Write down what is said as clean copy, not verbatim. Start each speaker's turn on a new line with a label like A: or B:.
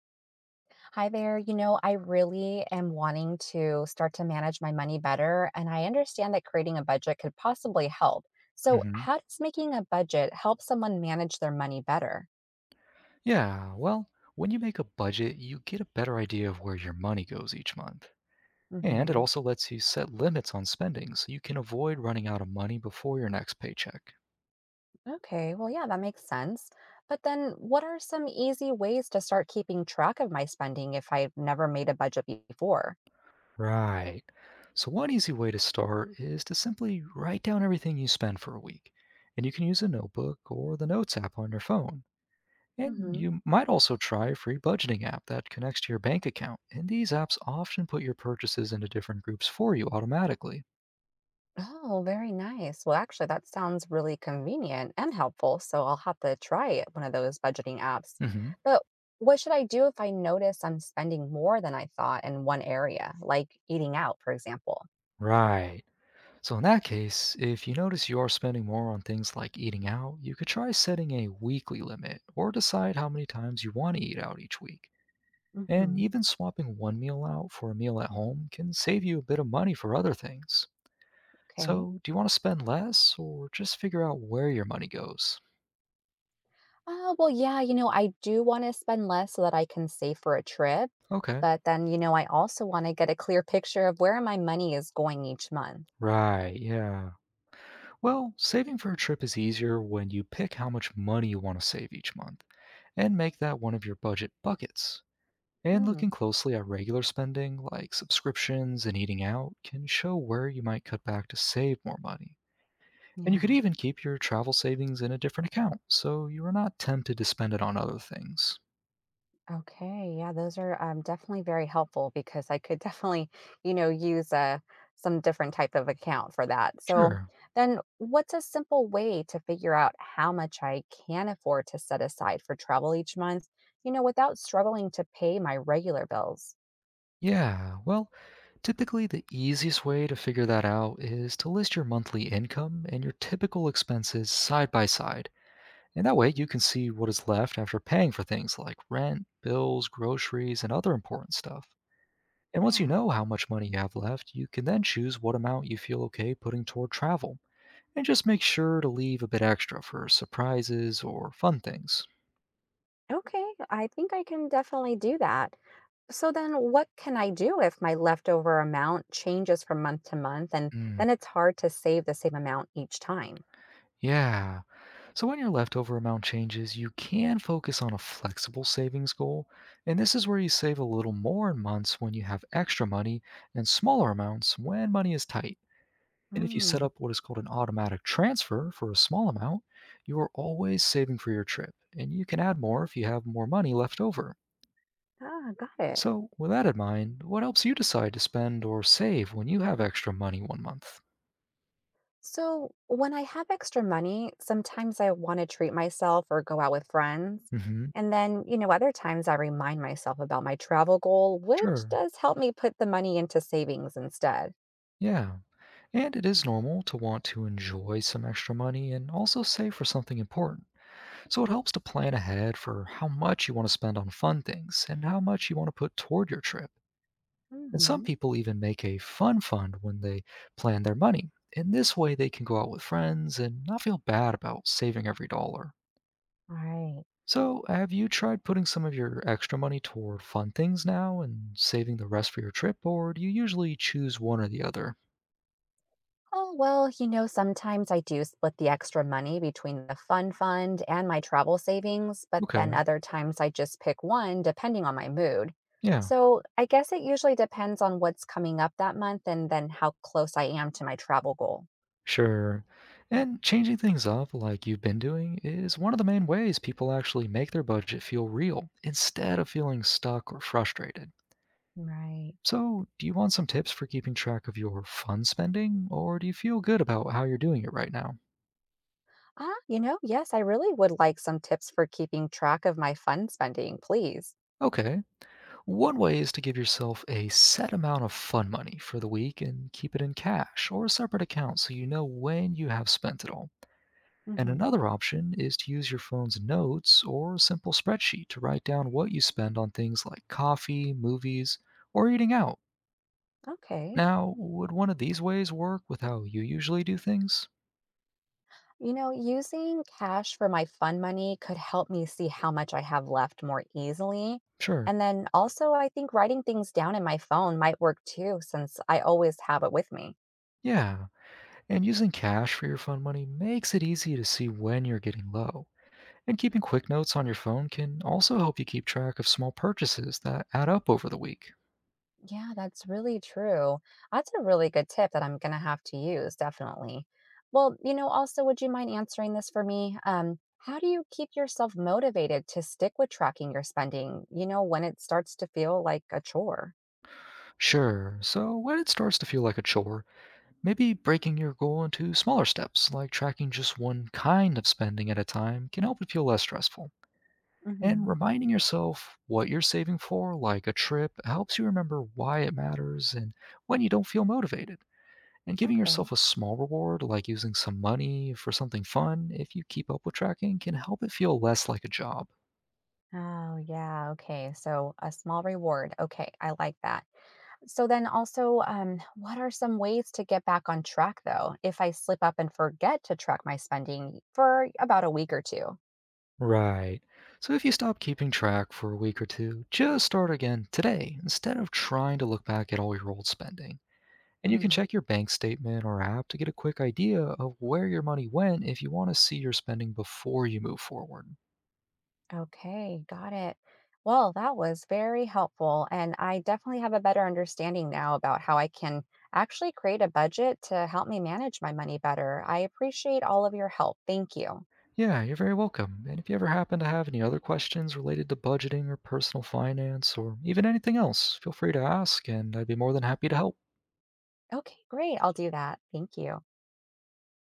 A: Hi there. You know, I really am wanting to start to manage my money better, and I understand that creating a budget could possibly help. So,
B: hmm
A: how does making a budget help someone manage their money better?
B: Yeah, well, when you make a budget, you get a better idea of where your money goes each month. And it
A: Hmm.
B: also lets you set limits on spending so you can avoid running out of money before your next paycheck.
A: Okay, well, yeah, that makes sense. But then, what are some easy ways to start keeping track of my spending if I've never made a budget before?
B: Right. So, one easy way to start is to simply write down everything you spend for a week. And you can use a notebook or the Notes app on your phone. And
A: Hmm.
B: you might also try a free budgeting app that connects to your bank account. And these apps often put your purchases into different groups for you automatically.
A: Oh, very nice. Well, actually, that sounds really convenient and helpful. So I'll have to try it, one of those budgeting apps.
B: hmm
A: But what should I do if I notice I'm spending more than I thought in one area, like eating out, for example?
B: Right. So, in that case, if you notice you are spending more on things like eating out, you could try setting a weekly limit or decide how many times you want to eat out each week. And
A: Hmm.
B: even swapping one meal out for a meal at home can save you a bit of money for other things.
A: Okay.
B: So, do you want to spend less or just figure out where your money goes?
A: Well, yeah, you know, I do want to spend less so that I can save for a trip.
B: Okay.
A: But then, you know, I also want to get a clear picture of where my money is going each month.
B: Right, yeah. Well, saving for a trip is easier when you pick how much money you want to save each month and make that one of your budget buckets. And looking
A: Mm,
B: closely at regular spending, like subscriptions and eating out, can show where you might cut back to save more money. And you could
A: yeah.
B: even keep your travel savings in a different account so you are not tempted to spend it on other things.
A: Okay, yeah, those are definitely very helpful because I could definitely, use some different type of account for that. So
B: Sure.
A: then, what's a simple way to figure out how much I can afford to set aside for travel each month, you know, without struggling to pay my regular bills?
B: Yeah, well, typically the easiest way to figure that out is to list your monthly income and your typical expenses side by side. And that way, you can see what is left after paying for things like rent, bills, groceries, and other important stuff. And once you
A: Yeah.
B: know how much money you have left, you can then choose what amount you feel okay putting toward travel. And just make sure to leave a bit extra for surprises or fun things.
A: Okay, I think I can definitely do that. So then, what can I do if my leftover amount changes from month to month and
B: Mm,
A: then it's hard to save the same amount each time?
B: yeah. So when your leftover amount changes, you can focus on a flexible savings goal. And this is where you save a little more in months when you have extra money and smaller amounts when money is tight. And if you set
A: Mm.
B: up what is called an automatic transfer for a small amount, you are always saving for your trip, and you can add more if you have more money left over.
A: Ah, got it.
B: So, with that in mind, what helps you decide to spend or save when you have extra money one month?
A: So, when I have extra money, sometimes I want to treat myself or go out with friends.
B: hmm
A: And then, you know, other times I remind myself about my travel goal, which
B: Sure.
A: does help me put the money into savings instead.
B: Yeah. And it is normal to want to enjoy some extra money and also save for something important. So it helps to plan ahead for how much you want to spend on fun things and how much you want to put toward your trip. And some
A: Hmm.
B: people even make a fun fund when they plan their money. In this way, they can go out with friends and not feel bad about saving every dollar.
A: Right.
B: So, have you tried putting some of your extra money toward fun things now and saving the rest for your trip, or do you usually choose one or the other?
A: Oh, well, you know, sometimes I do split the extra money between the fun fund and my travel savings, but
B: Okay,
A: then other times I just pick one depending on my mood.
B: yeah,
A: So, I guess it usually depends on what's coming up that month and then how close I am to my travel goal.
B: sure. And changing things up, like you've been doing, is one of the main ways people actually make their budget feel real instead of feeling stuck or frustrated.
A: Right.
B: So, do you want some tips for keeping track of your fun spending, or do you feel good about how you're doing it right now?
A: Ah, you know, yes, I really would like some tips for keeping track of my fund spending, please.
B: Okay, one way is to give yourself a set amount of fun money for the week and keep it in cash or a separate account so you know when you have spent it all. And
A: Hmm.
B: another option is to use your phone's notes or a simple spreadsheet to write down what you spend on things like coffee, movies, or eating out.
A: Okay.
B: Now, would one of these ways work with how you usually do things?
A: You know, using cash for my fund money could help me see how much I have left more easily.
B: Sure.
A: And then also, I think writing things down in my phone might work too, since I always have it with me.
B: Yeah, and using cash for your fund money makes it easy to see when you're getting low. And keeping quick notes on your phone can also help you keep track of small purchases that add up over the week.
A: Yeah, that's really true. That's a really good tip that I'm going to have to use, definitely. Well, you know, also, would you mind answering this for me? How do you keep yourself motivated to stick with tracking your spending, you know, when it starts to feel like a chore?
B: Sure, so when it starts to feel like a chore, maybe breaking your goal into smaller steps, like tracking just one kind of spending at a time, can help it feel less stressful. And
A: Hmm.
B: reminding yourself what you're saving for, like a trip, helps you remember why it matters and when you don't feel motivated. And giving
A: Okay.
B: yourself a small reward, like using some money for something fun, if you keep up with tracking, can help it feel less like a job.
A: Oh, yeah. Okay. So a small reward. Okay. I like that. So then also, what are some ways to get back on track though, if I slip up and forget to track my spending for about a week or two?
B: Right. So if you stop keeping track for a week or two, just start again today instead of trying to look back at all your old spending. And you can check your bank statement or app to get a quick idea of where your money went if you want to see your spending before you move forward.
A: Okay, got it. Well, that was very helpful. And I definitely have a better understanding now about how I can actually create a budget to help me manage my money better. I appreciate all of your help. Thank you.
B: Yeah, you're very welcome. And if you ever happen to have any other questions related to budgeting or personal finance or even anything else, feel free to ask, and I'd be more than happy to help.
A: Okay, great. I'll do that. Thank you.